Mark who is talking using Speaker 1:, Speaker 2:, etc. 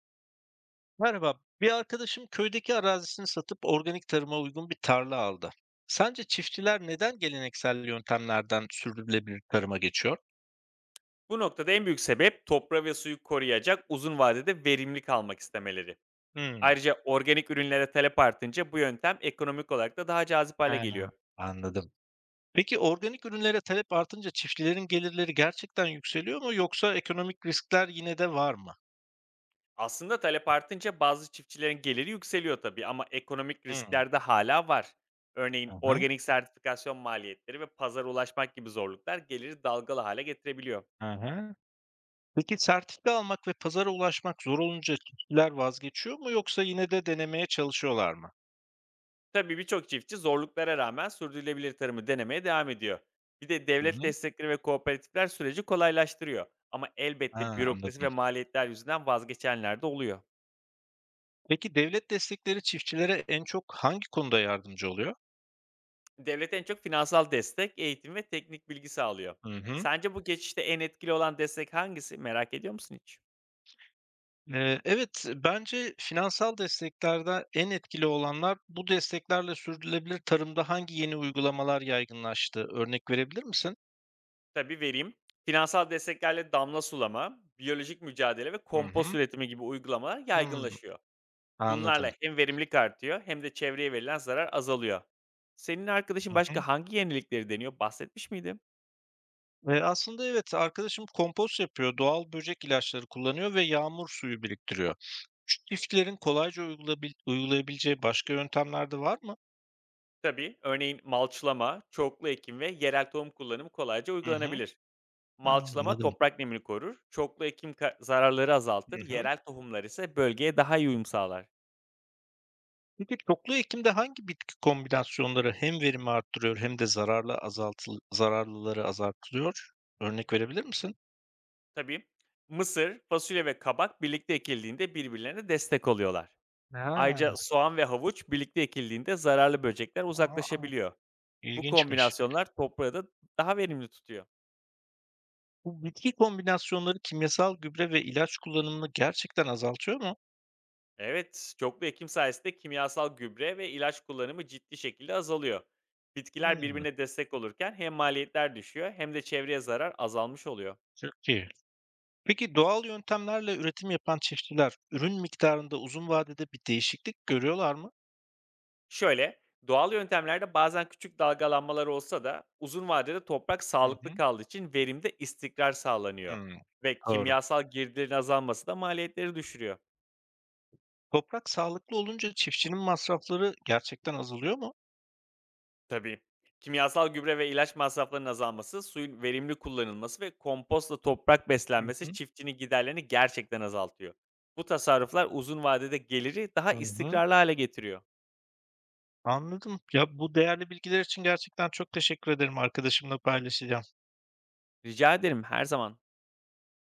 Speaker 1: Merhaba. Bir arkadaşım köydeki arazisini satıp organik tarıma uygun bir tarla aldı. Sence çiftçiler neden geleneksel yöntemlerden sürdürülebilir tarıma geçiyor?
Speaker 2: Bu noktada en büyük sebep toprağı ve suyu koruyacak uzun vadede verimli kalmak istemeleri.
Speaker 1: Hmm,
Speaker 2: Ayrıca organik ürünlere talep artınca bu yöntem ekonomik olarak da daha cazip hale
Speaker 1: he,
Speaker 2: geliyor.
Speaker 1: anladım. Peki organik ürünlere talep artınca çiftçilerin gelirleri gerçekten yükseliyor mu yoksa ekonomik riskler yine de var mı?
Speaker 2: Aslında talep artınca bazı çiftçilerin geliri yükseliyor tabii ama ekonomik
Speaker 1: Hmm,
Speaker 2: riskler de hala var. Örneğin
Speaker 1: aha,
Speaker 2: organik sertifikasyon maliyetleri ve pazara ulaşmak gibi zorluklar geliri dalgalı hale getirebiliyor.
Speaker 1: aha. Peki sertifika almak ve pazara ulaşmak zor olunca çiftçiler vazgeçiyor mu yoksa yine de denemeye çalışıyorlar mı?
Speaker 2: Tabii birçok çiftçi zorluklara rağmen sürdürülebilir tarımı denemeye devam ediyor. Bir de
Speaker 1: Hı
Speaker 2: devlet
Speaker 1: hı.
Speaker 2: destekleri ve kooperatifler süreci kolaylaştırıyor. Ama elbette
Speaker 1: Ha,
Speaker 2: bürokrasi ve
Speaker 1: anladım.
Speaker 2: maliyetler yüzünden vazgeçenler de oluyor.
Speaker 1: Peki devlet destekleri çiftçilere en çok hangi konuda yardımcı oluyor?
Speaker 2: Devlet en çok finansal destek, eğitim ve teknik bilgi sağlıyor.
Speaker 1: Hı hı.
Speaker 2: Sence bu geçişte en etkili olan destek hangisi? Merak ediyor musun hiç?
Speaker 1: Evet, bence finansal desteklerde en etkili olanlar bu desteklerle sürdürülebilir tarımda hangi yeni uygulamalar yaygınlaştı? Örnek verebilir misin?
Speaker 2: Tabii vereyim. Finansal desteklerle damla sulama, biyolojik mücadele ve
Speaker 1: Hı
Speaker 2: kompost
Speaker 1: hı.
Speaker 2: üretimi gibi uygulamalar
Speaker 1: Hmm,
Speaker 2: yaygınlaşıyor.
Speaker 1: anladım.
Speaker 2: Bunlarla hem verimlilik artıyor hem de çevreye verilen zarar azalıyor. Senin arkadaşın
Speaker 1: Hı hı.
Speaker 2: başka hangi yenilikleri deniyor, bahsetmiş miydim?
Speaker 1: Aslında evet, arkadaşım kompost yapıyor, doğal böcek ilaçları kullanıyor ve yağmur suyu biriktiriyor. Şu çiftçilerin kolayca uygulayabileceği başka yöntemler de var mı?
Speaker 2: Tabii, örneğin malçlama, çoklu ekim ve yerel tohum kullanımı kolayca
Speaker 1: Hı hı.
Speaker 2: uygulanabilir.
Speaker 1: Ha,
Speaker 2: Malçlama
Speaker 1: anladım.
Speaker 2: toprak nemini korur, çoklu ekim zararları azaltır,
Speaker 1: Hı hı.
Speaker 2: yerel tohumlar ise bölgeye daha iyi uyum sağlar.
Speaker 1: Peki çoklu ekimde hangi bitki kombinasyonları hem verimi arttırıyor hem de zararlı zararlıları azaltılıyor? Örnek verebilir misin?
Speaker 2: Tabii, mısır, fasulye ve kabak birlikte ekildiğinde birbirlerine destek oluyorlar.
Speaker 1: Ha,
Speaker 2: Ayrıca soğan ve havuç birlikte ekildiğinde zararlı böcekler
Speaker 1: a!
Speaker 2: uzaklaşabiliyor. Bu
Speaker 1: İlginçmiş
Speaker 2: kombinasyonlar toprağı da daha verimli tutuyor.
Speaker 1: Bu bitki kombinasyonları kimyasal gübre ve ilaç kullanımını gerçekten azaltıyor mu?
Speaker 2: Evet, çoklu ekim sayesinde kimyasal gübre ve ilaç kullanımı ciddi şekilde azalıyor. Bitkiler
Speaker 1: Hımm,
Speaker 2: birbirine destek olurken hem maliyetler düşüyor hem de çevreye zarar azalmış oluyor.
Speaker 1: çok iyi. Peki doğal yöntemlerle üretim yapan çiftçiler ürün miktarında uzun vadede bir değişiklik görüyorlar mı?
Speaker 2: Şöyle, doğal yöntemlerde bazen küçük dalgalanmalar olsa da uzun vadede toprak
Speaker 1: Hı hı.
Speaker 2: sağlıklı kaldığı için verimde istikrar sağlanıyor.
Speaker 1: Hımm.
Speaker 2: Ve
Speaker 1: Doğru.
Speaker 2: kimyasal girdilerin azalması da maliyetleri düşürüyor.
Speaker 1: Toprak sağlıklı olunca çiftçinin masrafları gerçekten azalıyor mu?
Speaker 2: Tabii. Kimyasal gübre ve ilaç masraflarının azalması, suyun verimli kullanılması ve kompostla toprak
Speaker 1: Hı
Speaker 2: beslenmesi
Speaker 1: hı.
Speaker 2: çiftçinin giderlerini gerçekten azaltıyor. Bu tasarruflar uzun vadede geliri daha
Speaker 1: Hı hı.
Speaker 2: istikrarlı hale getiriyor.
Speaker 1: Anladım. Ya, bu değerli bilgiler için gerçekten çok teşekkür ederim. Arkadaşımla paylaşacağım.
Speaker 2: Rica ederim her zaman.